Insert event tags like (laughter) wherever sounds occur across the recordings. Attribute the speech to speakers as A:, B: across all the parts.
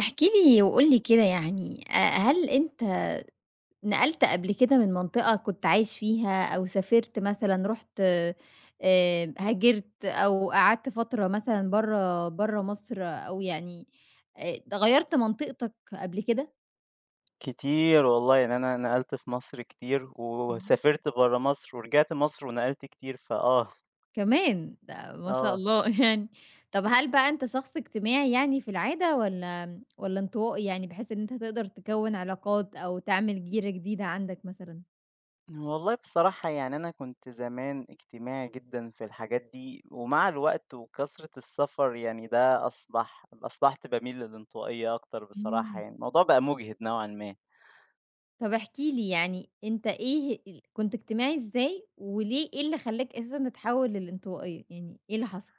A: احكِ لي وقُل لي كده يعني هل أنت نقلت قبل كده من منطقة كنت عايش فيها أو سافرت مثلًا رُحت هاجرت أو قعدت فترة مثلًا برّه مصر أو يعني د غيّرت منطقتك قبل كده؟
B: كتير والله، يعني أنا نقلت في مصر كتير،
A: إمم.
B: وسافرت برّه مصر، ورجعت مصر ونقلت كتير،
A: كمان! ده ما شاء
B: آه.
A: الله (laughs) يعني. طب هل بقى أنت شخص اجتماعي يعني في العادة والّا انطوائي يعني بحيث إن أنت تقدر تكوّن علاقات أو تعمل جيرة جديدة عندك مثلًا؟
B: والله بصراحة يعني أنا كنت زمان اجتماعي جدًا في الحاجات دي، ومع الوقت وكثرة السفر يعني ده أصبحت باميل للانطوائية أكتر بصراحة
A: إمم.
B: يعني، الموضوع بقى مُجهِد نوعًا ما.
A: طب احكِ لي يعني أنت إيه كنت اجتماعي إزاي، وليه إيه اللي خلّاك أساسًا تتحوّل للانطوائية، يعني إيه اللي حصل؟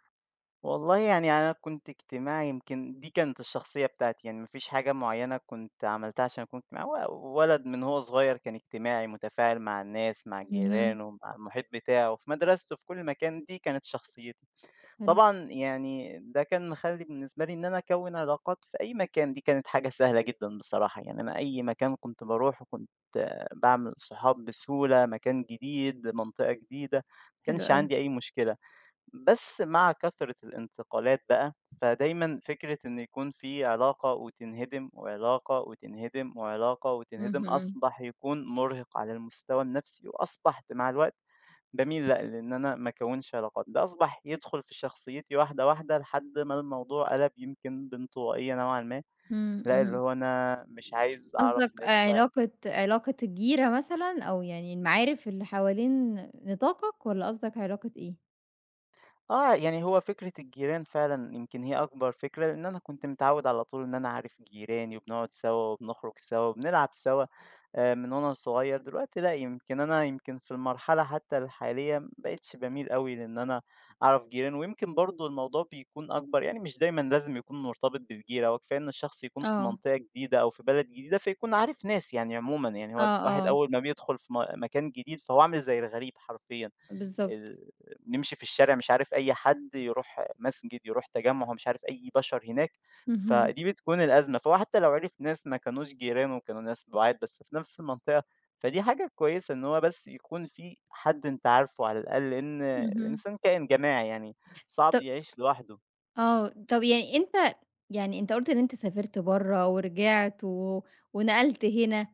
B: والله يعني أنا كنت اجتماعي يمكن دي كانت الشخصية بتاعتي، يعني ما فيش حاجة معيّنة كنت عملتها عشان أكون اجتماعي، هو ولد من هو صغير كان اجتماعي متفاعل مع الناس، مع
A: اهم.
B: جيرانه، مع المحيط بتاعه، في مدرسته، في كل مكان، دي كانت شخصيتي.
A: حلو.
B: طبعًا يعني ده كان مخلّي بالنسبة لي إن أنا أكوّن علاقات في أي مكان، دي كانت حاجة سهلة جدًا بصراحة، يعني أنا أي مكان كنت باروحه كنت باعمل صحاب بسهولة، مكان جديد، منطقة جديدة، ما
A: حلو
B: كانش
A: أوي.
B: عندي أي مشكلة. بس مع كثرة الانتقالات بقى، فدايمًا فكرة إن يكون في علاقة وتنهدم، وعلاقة وتنهدم، وعلاقة وتنهدم،
A: اهم،
B: أصبح يكون مرهق على المستوى النفسي، وأصبحت مع الوقت باميل لأ، لإن أنا ما أكوّنش علاقات، ده أصبح يدخل في شخصيتي واحدة، واحدة، لحد ما الموضوع قَلَب يمكن بانطوائية نوعًا ما،
A: إمم،
B: لأ اللي
A: إمم.
B: هو أنا مش عايز أعرف
A: قصدك
B: ناس بقى
A: علاقة الجيرة مثلًا أو يعني المعارف اللي حوالين نطاقك والّا قصدك علاقة إيه؟
B: يعني هو فكرة الجيران فعلًا يمكن هي أكبر فكرة، لإن أنا كنت متعوّد على طول إن أنا عارف جيراني وبنقعد سوا وبنخرج سوا وبنلعب سوا من وأنا صغير، دلوقتي لأ، يمكن أنا يمكن في المرحلة حتى الحالية ما بقيتش باميل أوي لإن أنا أعرف جيراني، ويمكن برضه الموضوع بيكون أكبر يعني مش دايمًا لازم يكون مرتبط بالجيرة، هو كفاية إن الشخص يكون في
A: آه،
B: منطقة جديدة أو في بلد جديدة فيكون عارف ناس يعني عمومًا، يعني هو
A: آه،
B: الواحد
A: آه.
B: أول ما بيدخل في مكان جديد فهو عامل زي الغريب حرفيًا.
A: بالضبط.
B: ال نمشي في الشارع مش عارف أي حد، يروح مسجد، يروح تجمُّع، هو مش عارف أي بشر هناك،
A: اهم،
B: فدي بتكون الأزمة. فهو حتى لو عرف ناس ما كانوش جيرانه، كانوا ناس بُعاد بس في نفس المنطقة، فدي حاجة كويسة إن هو بس يكون في حد أنت عارفه على الأقل، لإن
A: اهم.
B: الإنسان كائن جماعي يعني صعب يعيش لوحده.
A: آه، طب يعني أنت قُلت إن أنت سافرت برّه ورجعت ونقلت هنا،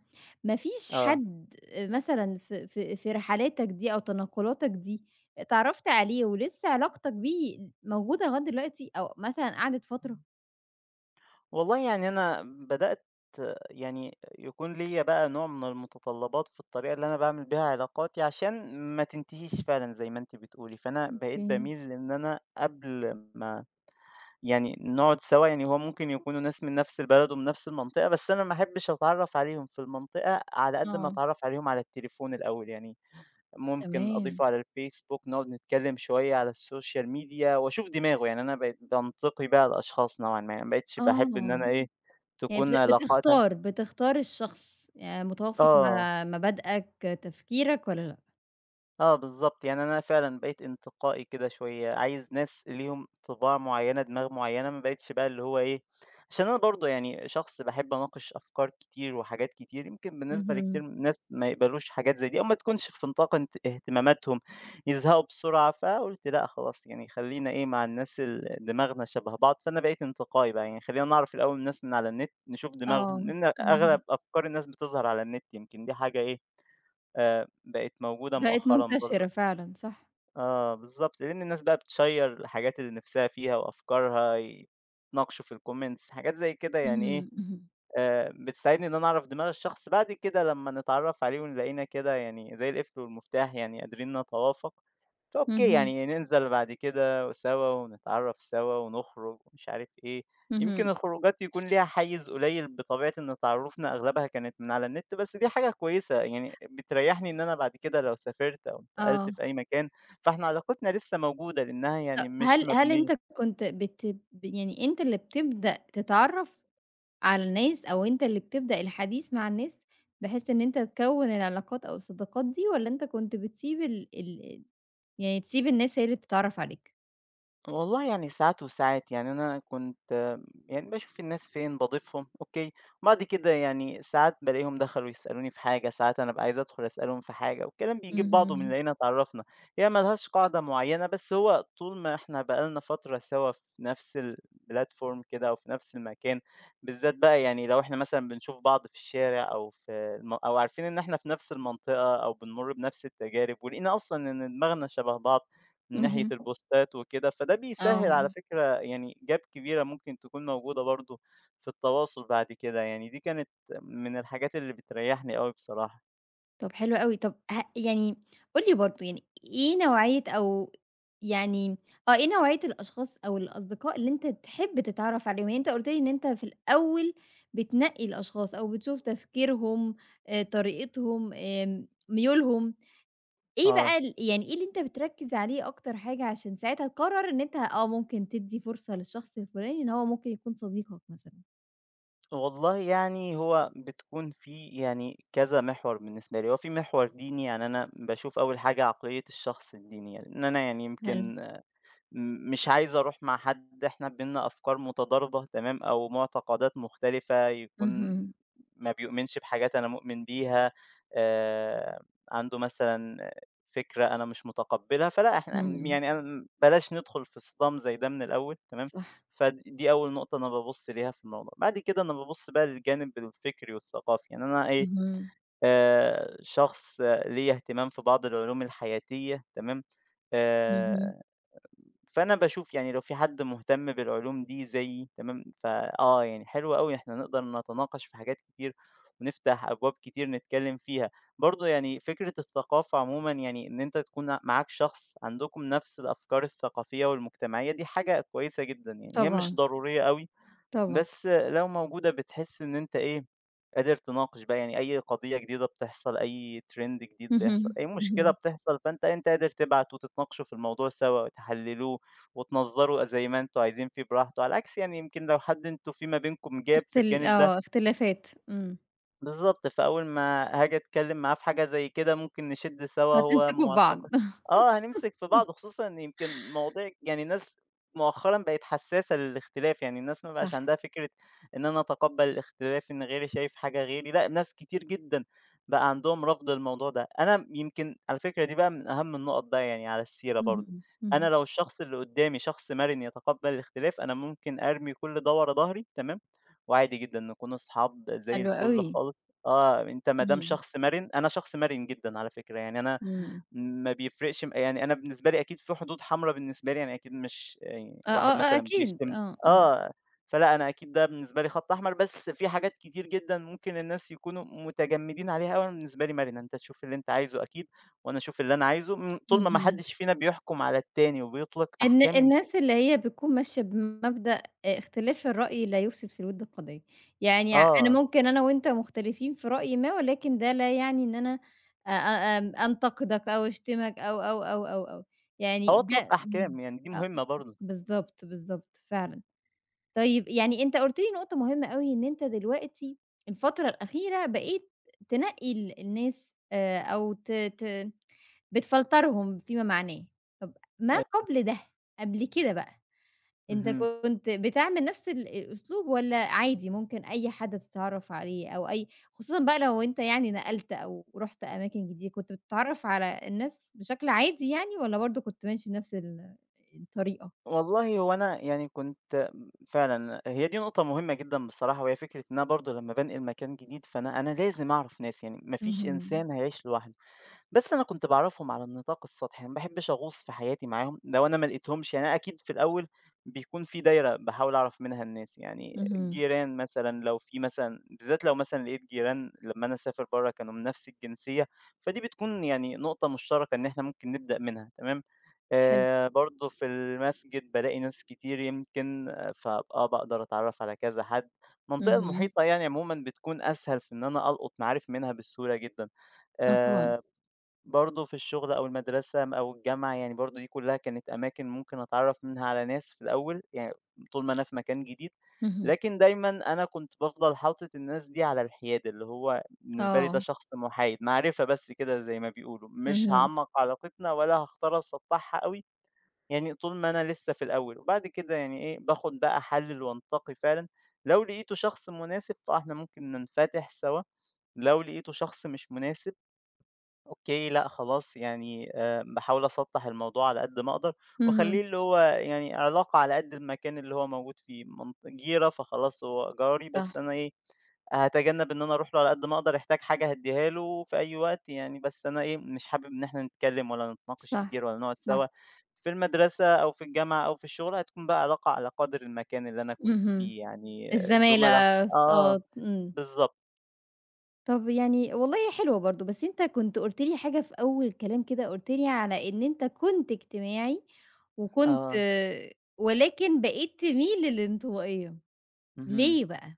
A: ما فيش
B: آه.
A: حد مثلًا في رحلاتك دي أو تنقلاتك دي اتعرّفت عليه ولسه علاقتك بيه موجودة لغاية دلوقتي أو مثلًا قعدت فترة؟
B: والله يعني أنا بدأت يعني يكون ليّا بقى نوع من المتطلبات في الطريقة اللي أنا باعمل بيها علاقاتي عشان ما تنتهيش فعلًا زي ما أنتِ بتقولي، فأنا بقيت
A: أوكي،
B: باميل إن أنا قبل ما يعني نقعد سوا يعني هو ممكن يكونوا ناس من نفس البلد ومن نفس المنطقة، بس أنا ما احبش أتعرّف عليهم في المنطقة على قد ما
A: آه،
B: أتعرّف عليهم على التليفون الأول، يعني ممكن
A: تمام.
B: أضيفه على الفيسبوك، نقعد نتكلّم شوية على السوشيال ميديا وأشوف دماغه، يعني أنا بقيت بانتقي بقى الأشخاص نوعًا ما، يعني ما بقيتش باحب إن
A: آه،
B: أنا إيه،
A: يعني
B: تكون
A: بت
B: علاقاتها
A: بتختار بتختار الشخص، يعني متوافق
B: آه.
A: مع مبادئك، تفكيرك والّا لأ؟
B: آه بالضبط، يعني أنا فعلًا بقيت انتقائي كده شوية، عايز ناس ليهم طباع معيّنة، دماغ معيّنة، ما بقيتش بقى اللي هو إيه عشان أنا برضه يعني شخص باحب أناقش أفكار كتير وحاجات كتير، يمكن بالنسبة لكتير
A: اهم،
B: ناس ما يقبلوش حاجات زي دي أو ما تكونش في نطاق انت اهتماماتهم، يزهقوا بسرعة، فقُلت لأ خلاص يعني خلّينا إيه مع الناس دماغنا شبه بعض، فأنا بقيت انتقائي بقى، يعني خلّينا نعرف الأول الناس من على النت، نشوف
A: آه،
B: دماغهم، لإن
A: اهم.
B: أغلب أفكار الناس بتظهر على النت، يمكن دي حاجة إيه بقت موجودة
A: بقت
B: مؤخرًا
A: منتشرة
B: برضه.
A: فعلًا، صح.
B: آه بالضبط، لإن الناس بقى بتشيّر الحاجات اللي نِفْسها فيها وأفكارها، يتناقشوا في الcomments حاجات زي كده يعني إيه،
A: اهم، اهم،
B: آآ بتساعدني إن أنا أعرف دماغ الشخص، بعد كده لمّا نتعرّف عليه ونلاقينا كده يعني زي القفل والمفتاح يعني قادرين نتوافق أوكي،
A: اهم،
B: يعني ننزل بعد كده سوا ونتعرّف سوا ونخرج ومش عارف إيه، يمكن
A: اهم،
B: الخروجات يكون ليها حيّز قليّل بطبيعة إن تعارفنا أغلبها كانت من على النت، بس دي حاجة كويسة، يعني بتريّحني إن أنا بعد كده لو سافرت أو انتقلت
A: آه.
B: في أي مكان، فإحنا علاقتنا لسه موجودة لإنها يعني مش
A: هل أنت
B: مبنية
A: كنت بت ب يعني أنت اللي بتبدأ تتعرّف على الناس أو أنت اللي بتبدأ الحديث مع الناس، بحيث إن أنت تكوّن العلاقات أو الصداقات دي، والّا أنت كنت بتسيب ال يعني تسيب الناس هي اللي بتتعرّف عليك؟
B: والله يعني ساعات وساعات، يعني أنا كنت يعني باشوف الناس فين، باضيفهم أوكي، وبعد كده يعني ساعات بالاقيهم دخلوا يسألوني في حاجة، ساعات أنا بابقى عايز أدخل أسألهم في حاجة، والكلام بيجيب بعضه
A: اهم،
B: بنلاقينا اتعرّفنا، هي ما لهاش قاعدة معيّنة، بس هو طول ما إحنا بقى لنا فترة سوا في نفس الplatform كده أو في نفس المكان، بالذات بقى يعني لو إحنا مثلًا بنشوف بعض في الشارع أو في أو عارفين إن إحنا في نفس المنطقة أو بنمُر بنفس التجارب، ولقينا أصلًا إن دماغنا شبه بعض. من ناحية
A: اهم،
B: البوستات وكده، فده بيسهّل
A: آه.
B: على فكرة يعني gap كبيرة ممكن تكون موجودة برضه في التواصل بعد كده، يعني دي كانت من الحاجات اللي بتريّحني أوي بصراحة.
A: طب حلو أوي. طب يعني قُل لي برضه يعني يعني إيه نوعية الأشخاص أو الأصدقاء اللي أنت تحب تتعرّف عليهم؟ يعني أنت قُلت لي إن أنت في الأول بتنقّي الأشخاص أو بتشوف تفكيرهم، طريقتهم، ميولهم، إيه
B: آه،
A: بقى يعني إيه اللي أنت بتركّز عليه أكتر حاجة عشان ساعتها تقرّر إن أنت آه، ممكن تدّي فرصة للشخص الفُلاني إن هو ممكن يكون صديقك مثلًا؟
B: والله يعني هو بتكون في يعني كذا محور بالنسبة لي، هو في محور ديني، يعني أنا باشوف أول حاجة عقلية الشخص الدينية، لإن أنا يعني
A: حلو.
B: يمكن مش عايز أروح مع حد إحنا بيننا أفكار متضاربة تمام، أو معتقدات مختلفة، يكون
A: اهم،
B: ما بيؤمنش بحاجات أنا مؤمن بيها، آآ، عنده مثلًا فكرة أنا مش متقبلها، فلأ إحنا
A: إمم،
B: يعني أنا بلاش ندخل في صِدام زي ده من الأول تمام،
A: صح،
B: فدي أول نقطة أنا بابُص ليها في الموضوع. بعد كده أنا بابُص بقى للجانب الفكري والثقافي، يعني أنا إيه،
A: اهم،
B: آآ، شخص ليّا اهتمام في بعض العلوم الحياتية تمام،
A: اهم،
B: آآ فأنا باشوف يعني لو في حد مهتم بالعلوم دي زيي تمام، يعني حلو أوي إحنا نقدر نتناقش في حاجات كتير، ونفتح أبواب كتير نتكلم فيها. برضه يعني فكرة الثقافة عمومًا يعني إن أنت تكون معاك شخص عندكم نفس الأفكار الثقافية والمجتمعية دي حاجة كويسة جدًا، يعني هي مش
A: طبعًا،
B: ضرورية أوي
A: طبعًا.
B: بس لو موجودة بتحس إن أنت إيه، قادر تناقش بقى، يعني أي قضية جديدة بتحصل، أي trend جديد بيحصل،
A: اهم،
B: أي مشكلة
A: اهم.
B: بتحصل، فأنت قادر تبعت وتتناقشوا في الموضوع سوا وتحللوه وتنظّروا زي ما أنتم عايزين فيه براحته، على عكس يعني يمكن لو حد أنتم في ما بينكم gap في الجانب ده
A: اختلافات. إمم.
B: بالضبط، فأول ما هاجي أتكلّم معاه في حاجة زي كده ممكن نشِد سوا، هو
A: هتمسكوا في بعض.
B: مُعتقد
A: (laughs)
B: آه، هنمسك في بعض، خصوصًا إن يمكن مواضيع يعني الناس مؤخرًا بقت حسّاسة للاختلاف، يعني الناس ما
A: صح،
B: بقاش عندها فكرة إن أنا أتقبّل الاختلاف، إن غيري شايف حاجة غيري، لأ، ناس كتير جدًا بقى عندهم رفض للموضوع ده. أنا يمكن على فكرة دي بقى من أهم النُقط بقى يعني على السيرة
A: اهم،
B: برضه،
A: إمم، اهم،
B: أنا لو الشخص اللي قُدّامي شخص مَرِن يتقبّل الاختلاف، أنا ممكن أرمي كل ده ورا ضهري، تمام؟ وعادي جدًا نكون أصحاب زي
A: حلو
B: الفل
A: أوي،
B: خالص آه، أنت ما دام
A: إمم،
B: شخص مرِن أنا شخص مرِن جدًا على فكرة، يعني أنا
A: إمم،
B: ما بيفرقش يعني أنا بالنسبة لي أكيد في حدود حمرا بالنسبة لي، يعني أكيد مش يعني
A: آه،
B: واحد
A: آه، آه،
B: مثلًا
A: أكيد،
B: بيشتم
A: آه، آه،
B: آه، فلأ أنا أكيد ده بالنسبة لي خط أحمر، بس في حاجات كتير جدًا ممكن الناس يكونوا متجمدين عليها أوي، أنا بالنسبة لي مرِنة، أنت تشوف اللي أنت عايزه أكيد، وأنا أشوف اللي أنا عايزه، طول ما ما
A: اهم.
B: حدش فينا بيحكم على التاني وبيطلق أحكام يمكن
A: الناس اللي هي بتكون ماشية بمبدأ اختلاف الرأي لا يفسد في الود قضية، يعني أنا
B: آه،
A: ممكن أنا وأنت مختلفين في رأي ما، ولكن ده لا يعني إن أنا أ أ آمم، أنتقدك أو أشتمك أو، يعني
B: أو
A: ده
B: أطلق
A: إمم،
B: أحكام يعني دي
A: آه،
B: مهمة برضه.
A: بالضبط، بالضبط، فعلًا. طيب يعني أنت قُلت لي نقطة مهمة أوي، إن أنت دلوقتي الفترة الأخيرة بقيت تنقّي الناس أو ت ت بتفلترهم فيما معناه، طب ما
B: أ
A: قبل ده، قبل كده بقى، أنت
B: اهم.
A: كنت بتعمل نفس الأسلوب والّا عادي ممكن أي حد تتعرّف عليه أو أي خصوصًا بقى لو أنت يعني نقلت أو رُحت أماكن جديدة، كنت بتتعرّف على الناس بشكل عادي يعني والّا برضه كنت ماشي بنفس الطريقة؟
B: والله هو أنا يعني كنت فعلًا هي دي نقطة مهمة جدًا بصراحة، وهي فكرة إن أنا برضه لمّا بانقل مكان جديد، فأنا أنا لازم أعرف ناس، يعني ما فيش
A: اهم،
B: إنسان هيعيش لوحده. بس أنا كنت باعرفهم على النطاق السطحي، أنا ما باحبش أغوص في حياتي معاهم، لو أنا ما لقيتهمش يعني أنا أكيد في الأول بيكون في دايرة باحاول أعرف منها الناس، يعني
A: اهم،
B: جيران مثلًا لو في مثلًا بالذات لو مثلًا لقيت جيران لمّا أنا أسافر برّه كانوا من نفس الجنسية، فدي بتكون يعني نقطة مشتركة إن إحنا ممكن نبدأ منها تمام،
A: حلو،
B: برضه في المسجد بالاقي ناس كتير يمكن آه، فأبقى باقدر أتعرف على كذا حد، المنطقة
A: اهم.
B: المحيطة يعني عمومًا بتكون أسهل في إن أنا ألقط معارف منها بسهولة جدًا.
A: آه طبعًا،
B: آآ برضه في الشغل أو المدرسة م أو الجامعة، يعني برضه دي كلّها كانت أماكن ممكن أتعرّف منها على ناس في الأول، يعني طول ما أنا في مكان جديد،
A: اهم،
B: لكن دايمًا أنا كنت بافضل حاطط الناس دي على الحياد، اللي هو بالنسبة لي
A: آه،
B: ده شخص محايد، معرفة بس كده زي ما بيقولوا، مش
A: اهم،
B: هاعمّق علاقتنا ولا هاختار أسطّحها أوي، يعني طول ما أنا لسه في الأول، وبعد كده يعني إيه، باخُد بقى أحلِّل وأنتقي فعلًا، لو لقيته شخص مناسب فإحنا ممكن ننفتح سوا، لو لقيته شخص مش مناسب أوكي، لأ خلاص يعني باحاول أسطّح الموضوع على قد ما أقدر،
A: اهم،
B: وأخلّيه اللي هو يعني علاقة على قد المكان اللي هو موجود فيه، منط جيرة فخلاص هو جاري
A: صح،
B: بس أنا إيه، هاتجنب إن أنا أروح له على قد ما أقدر، يحتاج حاجة هادّيها له في أي وقت يعني، بس أنا إيه، مش حابب إن إحنا نتكلّم ولا نتناقش كتير
A: صح،
B: ولا نقعد
A: صح،
B: سوا. في المدرسة أو في الجامعة أو في الشغل هتكون بقى علاقة على قدر المكان اللي أنا كنت
A: اهم.
B: فيه، يعني
A: الزمالة.
B: زملا آه،
A: آه، إمم.
B: بالضبط،
A: طب يعني والله حلوة برضه، بس أنت كنت قُلت لي حاجة في أول الكلام كده، قُلت لي على إن أنت كنت اجتماعي وكنت
B: آه،
A: ولكن بقيت تميل للانطوائية،
B: اهم.
A: ليه بقى؟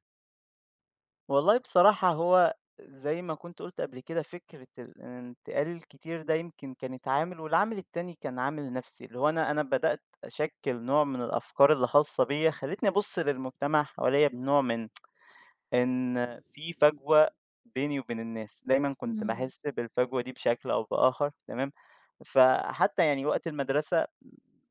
B: والله بصراحة هو زي ما كنت قُلت قبل كده فكرة الانتقال الكتير ده يمكن كانت عامل، والعامل التاني كان عامل نَفْسي، اللي هو أنا بدأت أشكِّل نوع من الأفكار اللي خاصة بيّا، خلّتني أبُص للمجتمع حواليّا بنوع من إن في فجوة بيني وبين الناس، دايمًا كنت
A: إمم،
B: باحس بالفجوة دي بشكل أو بآخر تمام، فحتى يعني وقت المدرسة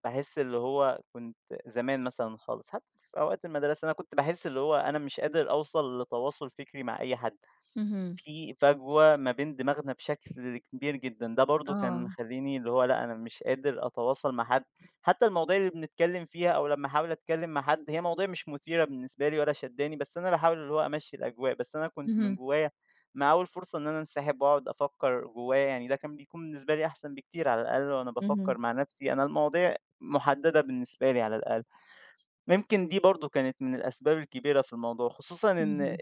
B: باحس اللي هو كنت زمان مثلًا خالص، حتى في أوقات المدرسة أنا كنت باحس اللي هو أنا مش قادر أوصل لتواصل فكري مع أي حد.
A: اهم،
B: في فجوة ما بين دماغنا بشكل كبير جدًا، ده برضه كان
A: آه،
B: مخلّيني اللي هو لأ، أنا مش قادر أتواصل مع حد، حتى المواضيع اللي بنتكلم فيها أو لمّا أحاول أتكلم مع حد، هي مواضيع مش مثيرة بالنسبة لي ولا شادّاني، بس أنا باحاول اللي هو أمشّي الأجواء، بس أنا كنت من
A: اهم،
B: جوايا مع أول فرصة إن أنا أنسحب وأقعد أفكّر جوايا، يعني ده كان بيكون بالنسبة لي أحسن بكتير على الأقل وأنا
A: اهم،
B: بافكّر مع نفسي، أنا المواضيع محددة بالنسبة لي على الأقل. يمكن دي برضه كانت من الأسباب الكبيرة في الموضوع، خصوصًا إن
A: اهم،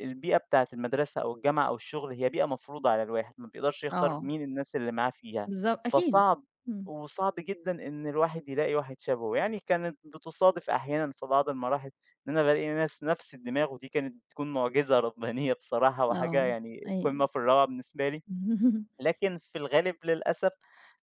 B: البيئة بتاعة المدرسة أو الجامعة أو الشغل هي بيئة مفروضة على الواحد، ما بيقدرش يختار
A: آه،
B: مين الناس اللي معاه فيها،
A: بالضبط أكيد،
B: فصعب
A: إمم،
B: وصعب جدًا إن الواحد يلاقي واحد شبهه، يعني كانت بتصادف أحيانًا في بعض المراحل إن أنا بالاقي ناس نفس الدماغ ودي كانت بتكون معجزة ربانية بصراحة وحاجة
A: آه،
B: يعني
A: أيوه.
B: قمة في الروعة بالنسبة لي.
A: (laughs)
B: لكن في الغالب للأسف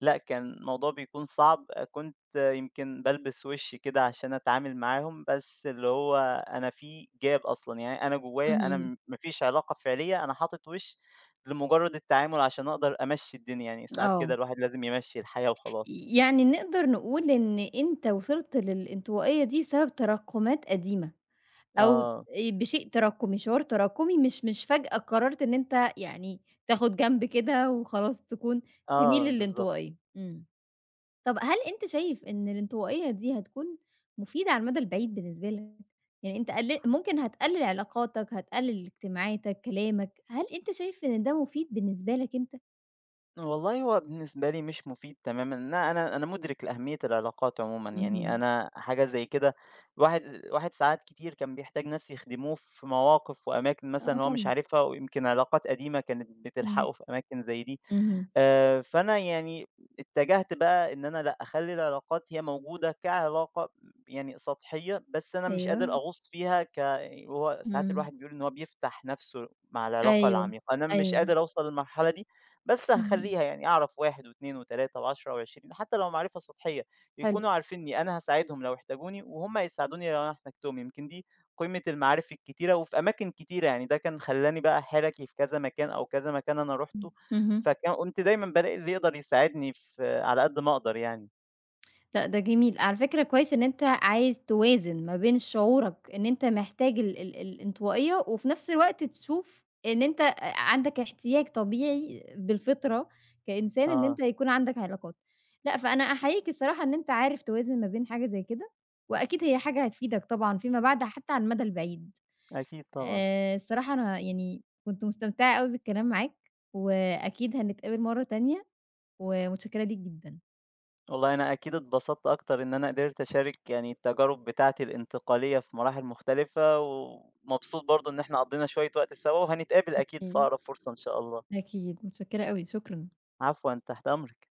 B: لأ، كان الموضوع بيكون صعب، كنت يمكن بالبس وشّي كده عشان أتعامل معاهم، بس اللي هو أنا في جاب أصلًا، يعني أنا جوايا أنا
A: اهم.
B: ما فيش علاقة فعلية، أنا حاطط وِش لمجرد التعامل عشان أقدر أمشّي الدنيا، يعني ساعات كده
A: آه.
B: الواحد لازم يمشّي الحياة وخلاص.
A: يعني نقدر نقول إن أنت وصلت للانطوائية دي بسبب تراكُمات قديمة أو
B: آه،
A: بشيء تراكُمي، شعور تراكُمي مش فجأة قررت إن أنت يعني تاخُد جنب كده وخلاص تكون تميل
B: آه، بالضبط.
A: للانطوائية. إمم. طب هل أنت شايف إن الانطوائية دي هتكون مفيدة على المدى البعيد بالنسبة لك؟ يعني أنت ممكن هتقلِّل علاقاتك، هتقلِّل اجتماعاتك، كلامك، هل أنت شايف إن ده مفيد بالنسبة لك أنت؟
B: والله هو بالنسبة لي مش مفيد تمامًا، إن أنا مُدرك لأهمية العلاقات عمومًا، يعني
A: اهم.
B: أنا حاجة زي كده الواحد ساعات كتير كان بيحتاج ناس يخدموه في مواقف وأماكن
A: آه
B: مثلًا هو مش
A: طبعًا.
B: عارفها، ويمكن علاقات قديمة كانت
A: إمم.
B: بتلحقه في أماكن زي دي.
A: اهم.
B: فأنا يعني اتجهت بقى إن أنا لأ، أخلّي العلاقات هي موجودة كعلاقة يعني سطحية، بس أنا مش قادر
A: أيوه.
B: أغوص فيها يعني هو ساعات
A: إمم.
B: الواحد بيقول إن هو بيفتح نفسه مع العلاقة
A: أيوه،
B: العميقة، أنا مش
A: أيوه.
B: قادر أوصل للمرحلة دي، بس
A: اهم.
B: هاخلّيها يعني أعرف 1 و2 و3 و10 و20 حتى لو معرفة سطحية،
A: حلو.
B: يكونوا عارفينّي، أنا هاساعدهم لو احتاجوني وهُم هيساعدوني لو أنا احتجتهم، يمكن دي قيمة المعارف الكتيرة وفي أماكن كتيرة، يعني ده كان خلّاني بقى حِرَكي في كذا مكان أو كذا مكان أنا
A: إمم.
B: رُحته
A: اهم.
B: فكان كنت دايمًا بالاقي اللي يقدر يساعدني في على قد ما أقدر يعني.
A: لأ، ده جميل. على فكرة كويس إن أنت عايز توازن ما بين شعورك إن أنت محتاج ال ال الانطوائية، وفي نفس الوقت تشوف إن أنت عندك احتياج طبيعي بالفطرة كإنسان إن أنت
B: آه،
A: يكون عندك علاقات. لأ، فأنا أحييك الصراحة إن أنت عارف توازن ما بين حاجة زي كده، وأكيد هي حاجة هتفيدك طبعًا فيما بعد حتى على المدى البعيد.
B: أكيد طبعًا.
A: الصراحة أنا يعني كنت مستمتعة أوي بالكلام معاك، وأكيد هنتقابل مرّة تانية، ومتشكرة ليك جدًا.
B: والله أنا أكيد اتبسطت أكتر إن أنا قدرت أشارك يعني التجارب بتاعتي الانتقالية في مراحل مختلفة، ومبسوط برضه إن إحنا قضينا شوية وقت سوا، وهنتقابل أكيد في
A: أكيد،
B: أقرب فرصة إن شاء الله.
A: أكيد، متشكرة أوي، شكرًا.
B: عفوًا، تحت أمرِك.